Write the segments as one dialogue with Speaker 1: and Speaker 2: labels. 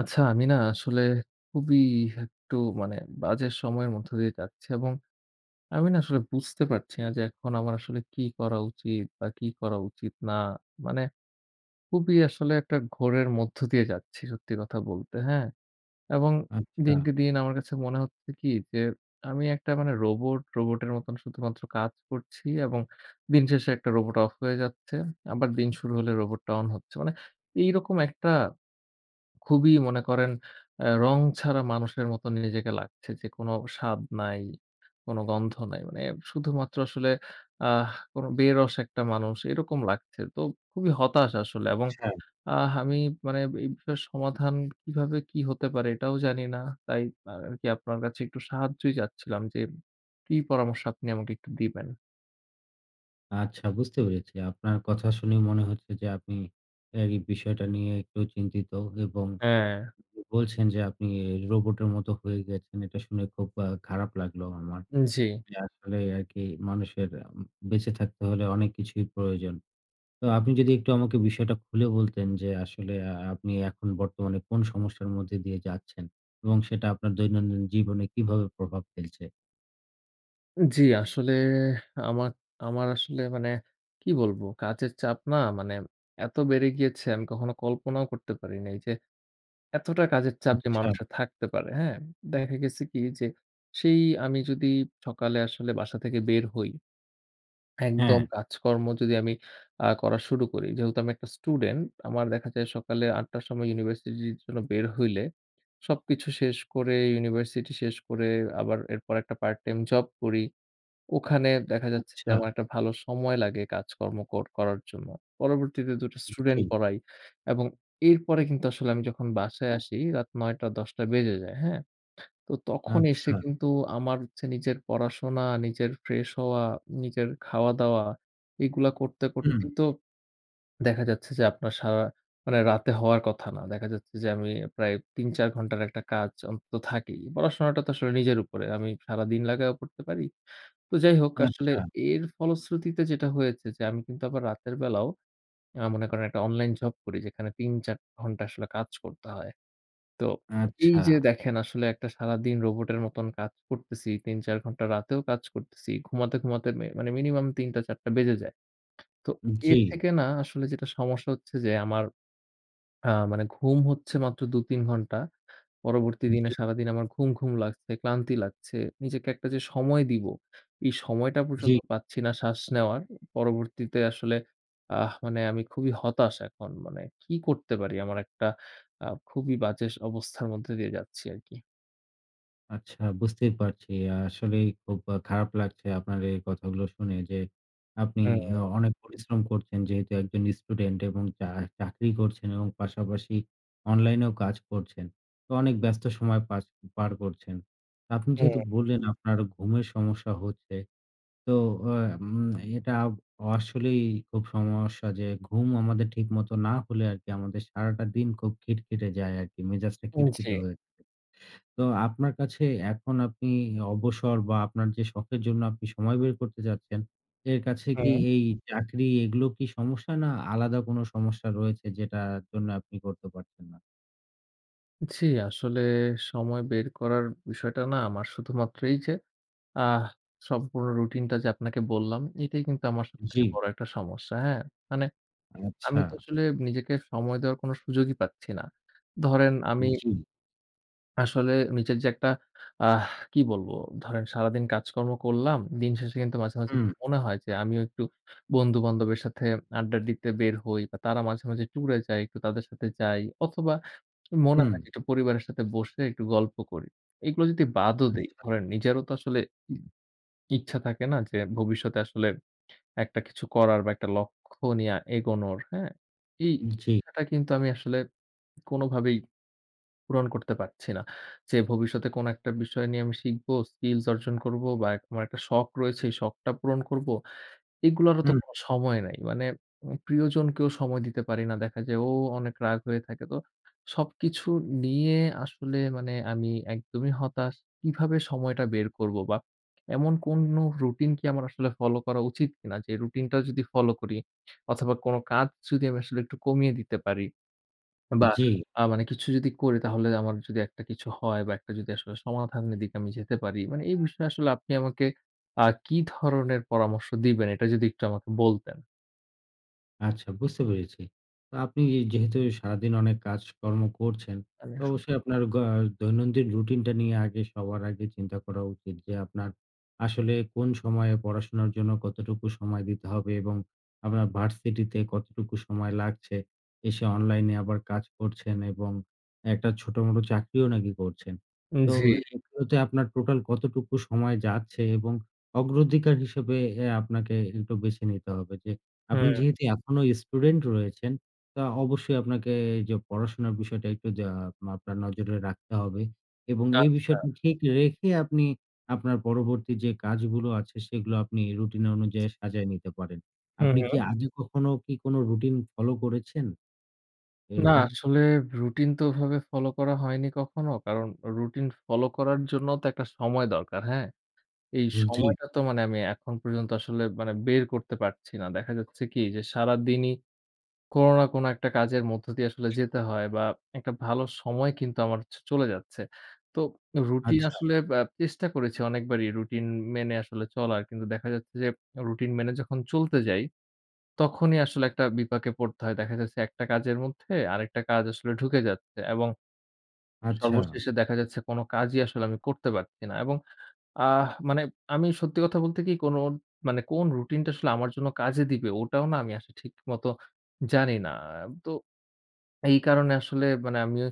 Speaker 1: আচ্ছা, আমি না আসলে খুবই একটু মানে বাজে সময়ের মধ্য দিয়ে যাচ্ছি এবং আমি না আসলে বুঝতে পারছি না যে এখন আমার আসলে কি করা উচিত বা কি করা উচিত না। মানে খুবই আসলে একটা ঘোরের মধ্য দিয়ে যাচ্ছি সত্যি কথা বলতে, হ্যাঁ? এবং
Speaker 2: আচ্ছা,
Speaker 1: দিনকে দিন আমার কাছে মনে হচ্ছে কি যে আমি একটা মানে রোবট, রোবটের মতন শুধুমাত্র কাজ করছি এবং দিন শেষে একটা রোবট অফ হয়ে যাচ্ছে। আবার দিন শুরু হলে রোবটটা অন হচ্ছে। মানে এইরকম একটা খুবই মনে করেন রং ছাড়া মানুষের মতো নিজেকে লাগছে যে কোনো স্বাদ নাই, কোনো গন্ধ নাই। মানে শুধুমাত্র আসলে আহ কোনো বেরস একটা মানুষ এরকম লাগছে। তো খুবই হতাশ আসলে এবং
Speaker 2: আচ্ছা,
Speaker 1: আমি মানে এই বিষয়ের সমাধান কিভাবে কি হতে পারে এটাও জানি না। তাই আরকি আপনার কাছে একটু সাহায্যই চাচ্ছিলাম যে কি পরামর্শ আপনি আমাকে একটু দিবেন?
Speaker 2: আচ্ছা বুঝতে পেরেছি। আপনার কথা শুনে মনে হচ্ছে যে আপনি এই বিষয়টা নিয়ে একটু চিন্তিত এবং
Speaker 1: হ্যাঁ।
Speaker 2: বলছেন যে আপনি রোবটের মতো হয়ে গেছেন। এটা শুনে খুব খারাপ লাগলো আমার।
Speaker 1: জি।
Speaker 2: যে আসলে আরকি মানুষের উম বেঁচে থাকতে হলে অনেক কিছুই প্রয়োজন। তো আপনি যদি একটু আমাকে বিষয়টা খুলে বলতেন যে আসলে আপনি এখন বর্তমানে কোন সমস্যার মধ্যে দিয়ে যাচ্ছেন এবং সেটা আপনার দৈনন্দিন জীবনে কিভাবে প্রভাব ফেলছে?
Speaker 1: জি, আসলে আমার আমার আসলে মানে কি বলবো? কাজের চাপ না মানে এত বেড়ে গিয়েছে আমি কখনো কল্পনাও করতে পারি নাই যে এতটা কাজের চাপ যে
Speaker 2: আচ্ছা,
Speaker 1: মানুষের থাকতে পারে, হ্যাঁ? দেখা গেছে কি যে সেই আমি যদি সকালে আসলে বাসা থেকে বের হই,
Speaker 2: হ্যাঁ,
Speaker 1: একদম কাজকর্ম যদি আমি করা শুরু করি, যেহেতু আমি একটা স্টুডেন্ট, আমার দেখা যায় সকালে ৮ঃ০০ র সময় ইউনিভার্সিটির জন্য বের হইলে সবকিছু শেষ করে, ইউনিভার্সিটি শেষ করে আবার এরপর একটা পার্ট টাইম জব করি। ওখানে দেখা যাচ্ছে যে
Speaker 2: আচ্ছা,
Speaker 1: আমার একটা ভালো সময় লাগে কাজকর্ম করার জন্য। পরবর্তীতে ২ টা
Speaker 2: জি,
Speaker 1: স্টুডেন্ট পড়াই এবং এরপরে কিন্তু আসলে আমি যখন বাসায় আসি রাত ৯ঃ০০-১০ঃ০০ বেজে যায়, হ্যাঁ? তো তখন এসে
Speaker 2: আচ্ছা।
Speaker 1: কিন্তু আমার হচ্ছে নিজের পড়াশোনা, নিজের ফ্রেশ হওয়া, নিজের খাওয়া-দাওয়া এগুলা করতে
Speaker 2: হুম,
Speaker 1: করতেই তো দেখা যাচ্ছে যে আপনার সারা মানে রাতে হওয়ার কথা না। দেখা যাচ্ছে যে আমি প্রায় ৩-৪ ঘন্টার একটা কাজ অন্তত থাকেই। পড়াশোনাটা তো আসলে নিজের উপরে। আমি সারাদিন লাগায়ও পড়তে পারি। তো যাই হোক আসলে
Speaker 2: আচ্ছা,
Speaker 1: এর ফলশ্রুতিতে যেটা হয়েছে যে আমি কিন্তু আবার রাতের বেলাও মনে করেন একটা অনলাইন জব করি যেখানে ৩-৪ ঘন্টা আসলে কাজ করতে হয়। তো এই
Speaker 2: আচ্ছা।
Speaker 1: যে দেখেন আসলে একটা সারাদিন রোবটের মতন কাজ করতেছি, ৩-৪ ঘন্টা রাতেও কাজ করতেছি। ঘুমাতে, ঘুমাতে মানে মিনিমাম ৩টা ৪টা বেজে যায়। তো
Speaker 2: জি,
Speaker 1: এর থেকে না আসলে যেটা সমস্যা হচ্ছে যে আমার মানে ঘুম হচ্ছে মাত্র ২-৩ ঘন্টা। পরবর্তী দিনে
Speaker 2: জি,
Speaker 1: সারাদিন আমার ঘুম, ঘুম লাগছে, ক্লান্তি লাগছে। নিজেকে একটা যে সময় দিব, এই সময়টা
Speaker 2: জি।
Speaker 1: পর্যন্ত পাচ্ছি না শ্বাস নেওয়ার। পরবর্তীতে আসলে মানে আমি খুবই হতাশ এখন। মানে কি করতে পারি? আমার একটা খুবই বাজে অবস্থার মধ্যে দিয়ে যাচ্ছি আরকি।
Speaker 2: আচ্ছা, বুঝতেই পারছি। আসলেই খুব খারাপ লাগছে আপনার এই কথাগুলো শুনে যে আপনি
Speaker 1: হুম,
Speaker 2: অনেক পরিশ্রম করছেন, যেহেতু একজন স্টুডেন্ট এবং চাকরি করছেন এবং পাশাপাশি অনলাইনেও কাজ করছেন। তো অনেক ব্যস্ত সময় পার করছেন। আপনি
Speaker 1: হুম,
Speaker 2: যেহেতু বললেন আপনার ঘুমের সমস্যা হচ্ছে, তো আ উম এটা আসলেই খুব সমস্যা যে ঘুম আমাদের ঠিকমতো না হলে আরকি আমাদের সারাটা দিন খুব খিটখিটে যায় আরকি। মেজাজটা
Speaker 1: উম জি।
Speaker 2: খিটখিটে হয়ে থাকে। তো আপনার কাছে এখন আপনি অবসর বা আপনার যে শখের জন্য আপনি সময় বের করতে চাচ্ছেন, এর কাছে কি
Speaker 1: হুম।
Speaker 2: এই চাকরি এগুলো কি সমস্যা, না আলাদা কোনো সমস্যা রয়েছে যেটার জন্য আপনি করতে পারছেন না?
Speaker 1: জি, আসলে সময় বের করার বিষয়টা না আমার শুধুমাত্র এই যে আহ সম্পূর্ণ রুটিনটা যে আপনাকে বললাম, এটাই কিন্তু আমার
Speaker 2: জি,
Speaker 1: সবথেকে বড় একটা সমস্যা, হ্যাঁ? মানে
Speaker 2: আচ্ছা,
Speaker 1: আমি তো আসলে নিজেকে সময় দেওয়ার কোনো সুযোগই পাচ্ছি না। ধরেন আমি
Speaker 2: জি,
Speaker 1: আসলে নিজের যে একটা আহ কি বলবো? ধরেন সারাদিন কাজকর্ম করলাম, দিন শেষে কিন্তু মাঝে, মাঝে
Speaker 2: হুম,
Speaker 1: একটু মনে হয় যে আমিও একটু বন্ধু-বান্ধবের সাথে আড্ডা দিতে বের হই বা তারা মাঝে, মাঝে ট্যুরে যায়, একটু তাদের সাথে যাই অথবা মনে
Speaker 2: হুম,
Speaker 1: হয় যে একটু পরিবারের সাথে বসে একটু গল্প করি। এগুলো যদি বাদও দেই,
Speaker 2: আচ্ছা,
Speaker 1: ধরেন নিজেরও তো আসলে ইচ্ছা থাকে না যে ভবিষ্যতে আসলে একটা কিছু করার বা একটা লক্ষ্য নিয়ে এগোনোর, হ্যাঁ? এই
Speaker 2: জি,
Speaker 1: ইচ্ছাটা কিন্তু আমি আসলে কোনোভাবেই পূরণ করতে পারছি না। যে ভবিষ্যতে কোনো একটা বিষয় নিয়ে আমি শিখবো, স্কিলস অর্জন করব বা আমার একটা শখ রয়েছে, এই শখটা পূরণ করব। এগুলারও তো
Speaker 2: হুম,
Speaker 1: কোনো সময় নাই। মানে প্রিয়জনকেও সময় দিতে পারি না। দেখা যায় ও অনেক রাগ হয়ে থাকে। তো সবকিছু নিয়ে আসলে মানে আমি একদমই হতাশ। কিভাবে সময়টা বের করব বা এমন কোনো রুটিন কি আমার আসলে ফলো করা উচিত কিনা? যে রুটিনটা যদি ফলো করি অথবা কোনো কাজ যদি আমি আসলে একটু কমিয়ে দিতে পারি। বা
Speaker 2: জি।
Speaker 1: মানে কিছু যদি করি তাহলে আমার যদি একটা কিছু হয় বা একটা যদি আসলে সমাধানের দিকে আমি যেতে পারি। মানে এই বিষয়ে আসলে আপনি আমাকে কি ধরনের পরামর্শ দিবেন? এটা যদি একটু আমাকে বলতেন।
Speaker 2: আচ্ছা, বুঝতে পেরেছি। তো আপনি যেহেতু সারাদিন অনেক কাজকর্ম করছেন,
Speaker 1: আমি
Speaker 2: তো
Speaker 1: আসলে
Speaker 2: অবশ্যই আপনার দৈনন্দিন রুটিনটা নিয়ে আগে সবার আগে চিন্তা করা উচিত যে আপনার আসলে কোন সময়ে পড়াশোনার জন্য কতটুকু সময় দিতে হবে এবং আপনার ভার্সিটিতে কতটুকু সময় লাগছে। এসে অনলাইনে আবার কাজ করছেন এবং একটা ছোটমোটো চাকরিও নাকি করছেন। তো
Speaker 1: জি।
Speaker 2: এগুলোতে আপনার টোটাল কতটুকু সময় যাচ্ছে এবং অগ্রাধিকার হিসেবে আপনাকে একটু বেছে নিতে হবে যে আপনি
Speaker 1: হুম,
Speaker 2: যেহেতু এখনো স্টুডেন্ট রয়েছেন, তা অবশ্যই আপনাকে যে পড়াশোনার বিষয়টা একটু আপনার নজরে রাখতে হবে এবং এই
Speaker 1: আচ্ছা।
Speaker 2: বিষয়টি ঠিক রেখে আপনি আপনার পরবর্তী যে কাজগুলো আছে সেগুলো আপনি রুটিন অনুযায়ী সাজায় নিতে পারেন।
Speaker 1: হুম,
Speaker 2: আপনি
Speaker 1: হুম।
Speaker 2: কি আগে কখনো কি কোনো রুটিন ফলো করেছেন
Speaker 1: না
Speaker 2: এরকম?
Speaker 1: আসলে রুটিন তো ওভাবে ফলো করা হয়নি কখনো। কারণ রুটিন ফলো করার জন্য তো একটা সময় দরকার, হ্যাঁ? এই
Speaker 2: জি,
Speaker 1: সময়টা তো মানে আমি এখন পর্যন্ত আসলে মানে বের করতে পারছি না। দেখা যাচ্ছে কি যে সারাদিনই কোনো না কোনো একটা কাজের মধ্য দিয়ে আসলে যেতে হয় বা একটা ভালো সময় কিন্তু আমার চলে যাচ্ছে। তো রুটিন
Speaker 2: আচ্ছা,
Speaker 1: আসলে চেষ্টা করেছি অনেকবারই রুটিন মেনে আসলে চলার। কিন্তু দেখা যাচ্ছে যে রুটিন মেনে যখন চলতে যাই, তখনই আসলে একটা বিপাকে পড়তে হয়। দেখা যাচ্ছে একটা কাজের মধ্যে আরেকটা কাজ আসলে ঢুকে যাচ্ছে এবং
Speaker 2: আচ্ছা,
Speaker 1: সর্বশেষে দেখা যাচ্ছে কোনো কাজই আসলে আমি করতে পারছি না এবং মানে আমি সত্যি কথা বলতে কি কোনো মানে কোন রুটিনটা আসলে আমার জন্য কাজে দিবে ওটাও না আমি আসলে ঠিক মতো জানি না। তো এই কারণে আসলে মানে আমিও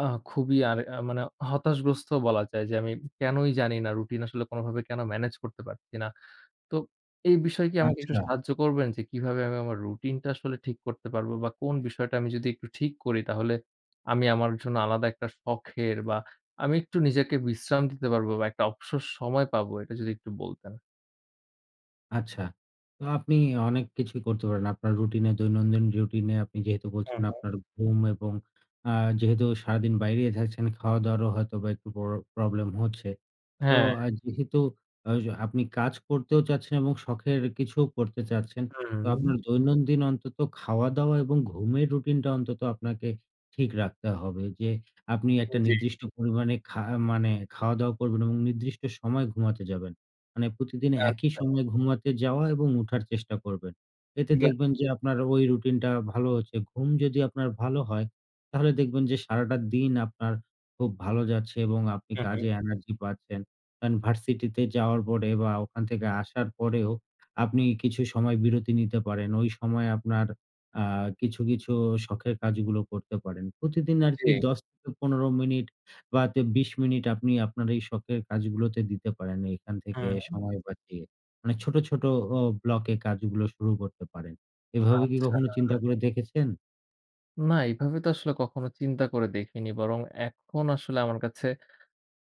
Speaker 1: আ খুবই আর মানে হতাশগ্রস্ত বলা যায় যে আমি কেনই জানি না রুটিন আসলে কোনভাবে কেন ম্যানেজ করতে পারছি না। তো এই বিষয়ে কি আমাকে একটু
Speaker 2: আচ্ছা।
Speaker 1: সাহায্য করবেন যে কিভাবে আমি আমার রুটিনটা আসলে ঠিক করতে পারবো বা কোন বিষয়টা আমি যদি একটু ঠিক করি তাহলে আমি আমার জন্য আলাদা একটা শখের বা আমি একটু নিজেকে বিশ্রাম দিতে পারবো বা একটা অবসর সময় পাবো এটা যদি একটু বলতেন।
Speaker 2: আচ্ছা। তো আপনি অনেক কিছুই করতে পারেন। আপনার রুটিনে, দৈনন্দিন রুটিনে আপনি যেহেতু বলছেন
Speaker 1: হুম, হুম।
Speaker 2: আপনার ঘুম এবং আ যেহেতু সারাদিন বাইরেই থাকছেন, খাওয়া-দাওয়ারও হয়তোবা একটু প্রবলেম হচ্ছে। তো
Speaker 1: হ্যাঁ,
Speaker 2: যেহেতু আ আপনি কাজ করতেও চাচ্ছেন এবং শখের কিছুও করতে চাচ্ছেন। তো
Speaker 1: হুম,
Speaker 2: আপনার দৈনন্দিন অন্তত খাওয়া-দাওয়া এবং ঘুমের রুটিনটা অন্তত আপনাকে ঠিক রাখতে হবে। যে আপনি একটা
Speaker 1: জি।
Speaker 2: নির্দিষ্ট পরিমাণে মানে খাওয়া-দাওয়া করবেন এবং নির্দিষ্ট সময় ঘুমাতে যাবেন। মানে প্রতিদিন একই
Speaker 1: আচ্ছা,
Speaker 2: সময়ে ঘুমাতে যাওয়া এবং উঠার চেষ্টা করবেন। এতে দেখবেন যে আপনার ওই রুটিনটা ভালো হচ্ছে। ঘুম যদি আপনার ভালো হয়, তাহলে দেখবেন যে সারাটা দিন আপনার খুব ভালো যাচ্ছে এবং আপনি
Speaker 1: হুম, হুম,
Speaker 2: কাজে এনার্জি পাচ্ছেন। অ্যান ভার্সিটিতে যাওয়ার পরে বা ওখান থেকে আসার পরেও আপনি কিছু সময় বিরতি নিতে পারেন। ওই সময় আপনার আ কিছু, কিছু শখের কাজগুলো করতে পারেন। প্রতিদিন আরকি
Speaker 1: জি,
Speaker 2: ১০ থেকে ১৫ মিনিট বা তে ২০ মিনিট আপনি আপনার এই শখের কাজগুলোতে দিতে পারেন এখান থেকে
Speaker 1: হুম,
Speaker 2: সময় বাঁচিয়ে। মানে ছোট, ছোট ও ব্লকে কাজগুলো শুরু করতে পারেন। এভাবে কি
Speaker 1: আচ্ছা।
Speaker 2: কখনো চিন্তা করে দেখেছেন?
Speaker 1: না, এভাবে তো আসলে কখনো চিন্তা করে দেখিনি। বরং এখন আসলে আমার কাছে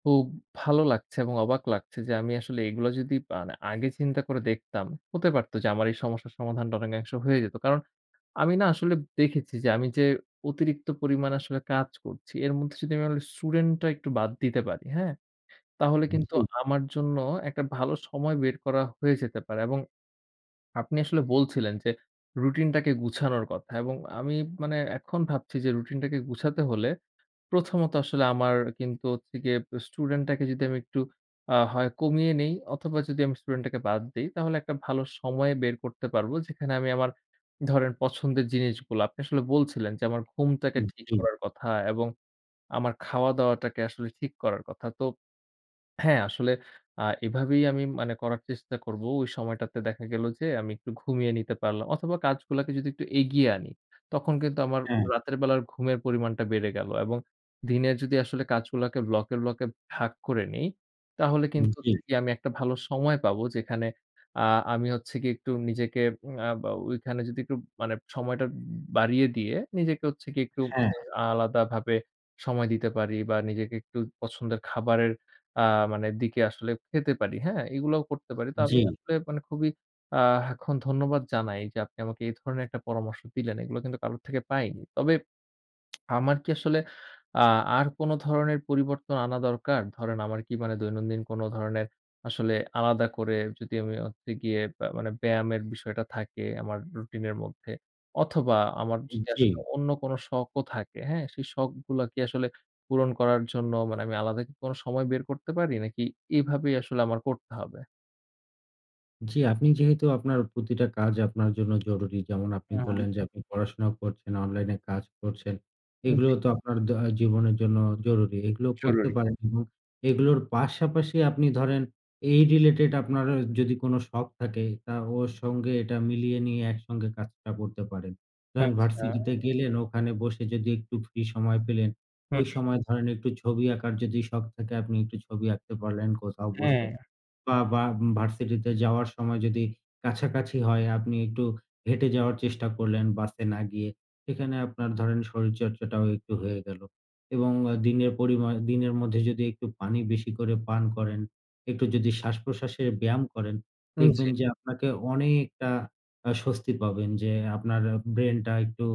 Speaker 1: খুব ভালো লাগছে এবং অবাক লাগছে যে আমি আসলে এগুলো যদি মানে আগে চিন্তা করে দেখতাম, হতে পারত যে আমার এই সমস্যার সমাধানটা অনেকাংশ হয়ে যেত। কারণ আমি না আসলে দেখেছি যে আমি যে অতিরিক্ত পরিমাণে আসলে কাজ করছি, এর মধ্যে যদি আমি আমার স্টুডেন্টটা একটু বাদ দিতে পারি, হ্যাঁ? তাহলে কিন্তু
Speaker 2: জি,
Speaker 1: আমার জন্য একটা ভালো সময় বের করা হয়ে যেতে পারে এবং আপনি আসলে বলছিলেন যে, রুটিনটাকে গুছানোর কথা এবং আমি মানে এখন ভাবছি যে রুটিনটাকে গুছাতে হলে প্রথমত আসলে আমার কিন্তু হচ্ছে গিয়ে স্টুডেন্টটাকে যদি আমি একটু হয় কমিয়ে নেই অথবা যদি আমি স্টুডেন্টটাকে বাদ দেই, তাহলে একটা ভালো সময় বের করতে পারবো। যেখানে আমি আমার ধরেন পছন্দের জিনিসগুলো আপনি আসলে বলছিলেন যে আমার ঘুমটাকে
Speaker 2: জি,
Speaker 1: ঠিক
Speaker 2: জি।
Speaker 1: করার কথা এবং আমার খাওয়া-দাওয়াটাকে আসলে ঠিক করার কথা। তো হ্যাঁ, আসলে এভাবেই আমি মানে করার চেষ্টা করব। ওই সময়টাতে দেখা গেল যে আমি একটু ঘুমিয়ে নিতে পারলাম অথবা কাজগুলাকে যদি একটু এগিয়ে আনি, তখন কিন্তু আমার
Speaker 2: হ্যাঁ,
Speaker 1: হুম। রাতের বেলার ঘুমের পরিমাণটা বেড়ে গেল এবং দিনে যদি আসলে কাজগুলাকে ব্লকে, ব্লকে ভাগ করে নেই, তাহলে কিন্তু
Speaker 2: জি,
Speaker 1: হচ্ছে গিয়ে আমি একটা ভালো সময় পাবো যেখানে আ আমি হচ্ছে গিয়ে একটু নিজেকে উম আ বা ওইখানে যদি একটু মানে সময়টা বাড়িয়ে দিয়ে নিজেকে হচ্ছে গিয়ে একটু
Speaker 2: হ্যাঁ,
Speaker 1: আলাদাভাবে সময় দিতে পারি বা নিজেকে একটু পছন্দের খাবারের আ মানে দিকে আসলে খেতে পারি, হ্যাঁ? এগুলাও করতে পারি। তো আমি
Speaker 2: জি,
Speaker 1: জি। আসলে মানে খুবই আ এখন ধন্যবাদ জানাই যে আপনি আমাকে এই ধরনের একটা পরামর্শ দিলেন। এগুলো কিন্তু কারো থেকে পাইনি। তবে আমার কি আসলে আ আর কোন ধরনের পরিবর্তন আনা দরকার? ধরেন আমার কি মানে দৈনন্দিন কোন ধরনের আসলে আলাদা করে যদি আমি হচ্ছে গিয়ে মানে ব্যায়ামের বিষয়টা থাকে আমার রুটিনের মধ্যে অথবা আমার যদি
Speaker 2: জি।
Speaker 1: আসলে অন্য কোন শখও থাকে, হ্যাঁ? সেই শখগুলা কি আসলে পূরণ করার জন্য মানে আমি আলাদা কি কোন সময় বের করতে পারি? নাকি এভাবেই আসলে আমার করতে হবে?
Speaker 2: জি, আপনি যেহেতু আপনার প্রতিটা কাজ আপনার জন্য জরুরি। যেমন আপনি
Speaker 1: হুম,
Speaker 2: বললেন যে, হুম। আপনি পড়াশোনাও করছেন, অনলাইনে কাজ করছেন।
Speaker 1: উম
Speaker 2: এগুলো
Speaker 1: জি।
Speaker 2: তো আপনার জীবনের জন্য জরুরি। এগুলো করতে
Speaker 1: জরুরি।
Speaker 2: হুম। পারেন এবং এগুলোর পাশাপাশি আপনি ধরেন এই রিলেটেড আপনার যদি কোনো শখ থাকে, তা ওর সঙ্গে এটা মিলিয়ে নিয়ে একসঙ্গে কাজটা করতে পারেন। ধরেন
Speaker 1: আচ্ছা।
Speaker 2: ভার্সিটিতে গেলেন, ওখানে বসে যদি একটু ফ্রি সময় পেলেন,
Speaker 1: হুম,
Speaker 2: ওই সময় ধরেন একটু ছবি আঁকার যদি শখ থাকে, আপনি একটু ছবি আঁকতে পারলেন কোথাও বসে।
Speaker 1: হ্যাঁ।
Speaker 2: বা বা ভার্সিটিতে যাওয়ার সময় যদি কাছাকাছি হয়, আপনি একটু হেঁটে যাওয়ার চেষ্টা করলেন বাসে না গিয়ে। সেখানে আপনার ধরেন শরীরচর্চাটাও একটু হয়ে গেল। এবং দিনের মধ্যে যদি একটু পানি বেশি করে পান করেন, একটু যদি শ্বাসপ্রশ্বাসের ব্যায়াম করেন,
Speaker 1: উম জি।
Speaker 2: দেখবেন যে আপনাকে অনেকটা স্বস্তি পাবেন, যে আপনার ব্রেইনটা একটু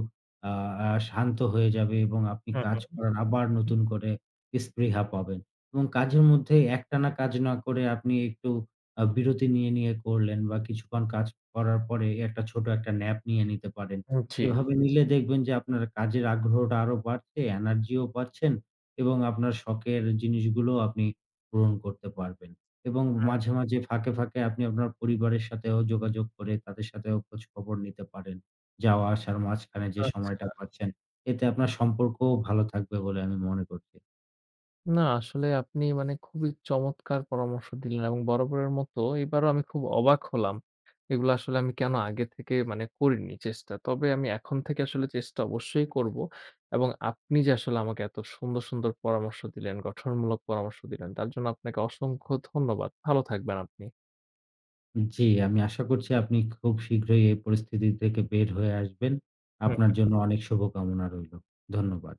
Speaker 2: আ আ শান্ত হয়ে যাবে এবং আপনি কাজ
Speaker 1: হুম,
Speaker 2: করার আবার নতুন করে স্পৃহা পাবেন। এবং কাজের মধ্যে একটানা কাজ না করে আপনি একটু বিরতি নিয়ে করলেন বা কিছুক্ষণ কাজ করার পরে একটা ছোট একটা ন্যাপ নিয়ে নিতে পারেন।
Speaker 1: হুম। জি।
Speaker 2: এভাবে নিলে দেখবেন যে আপনার কাজের আগ্রহটা আরো বাড়ছে, এনার্জিও পাচ্ছেন এবং আপনার শখের জিনিসগুলো আপনি পূরণ করতে পারবেন। এবং
Speaker 1: হুম,
Speaker 2: মাঝে, মাঝে ফাঁকে, ফাঁকে আপনি আপনার পরিবারের সাথেও যোগাযোগ করে তাদের সাথেও খোঁজ খবর নিতে পারেন। যাওয়া আসার মাঝখানে যে
Speaker 1: আচ্ছা।
Speaker 2: সময়টা পাচ্ছেন, এতে আপনার সম্পর্কও ভালো থাকবে বলে আমি মনে করছি।
Speaker 1: না, আসলে আপনি মানে খুবই চমৎকার পরামর্শ দিলেন এবং বরাবরের মতো এবারও আমি খুব অবাক হলাম। এগুলো আসলে আমি কেন আগে থেকে মানে করিনি চেষ্টা। তবে আমি এখন থেকে আসলে চেষ্টা অবশ্যই করব এবং আপনি যে আসলে আমাকে এত সুন্দর, সুন্দর পরামর্শ দিলেন, গঠনমূলক পরামর্শ দিলেন তার জন্য আপনাকে অসংখ্য ধন্যবাদ। ভালো থাকবেন আপনি।
Speaker 2: জি, আমি আশা করছি আপনি খুব শীঘ্রই এই পরিস্থিতি থেকে বের হয়ে আসবেন। আপনার জন্য অনেক শুভকামনা রইলো। ধন্যবাদ।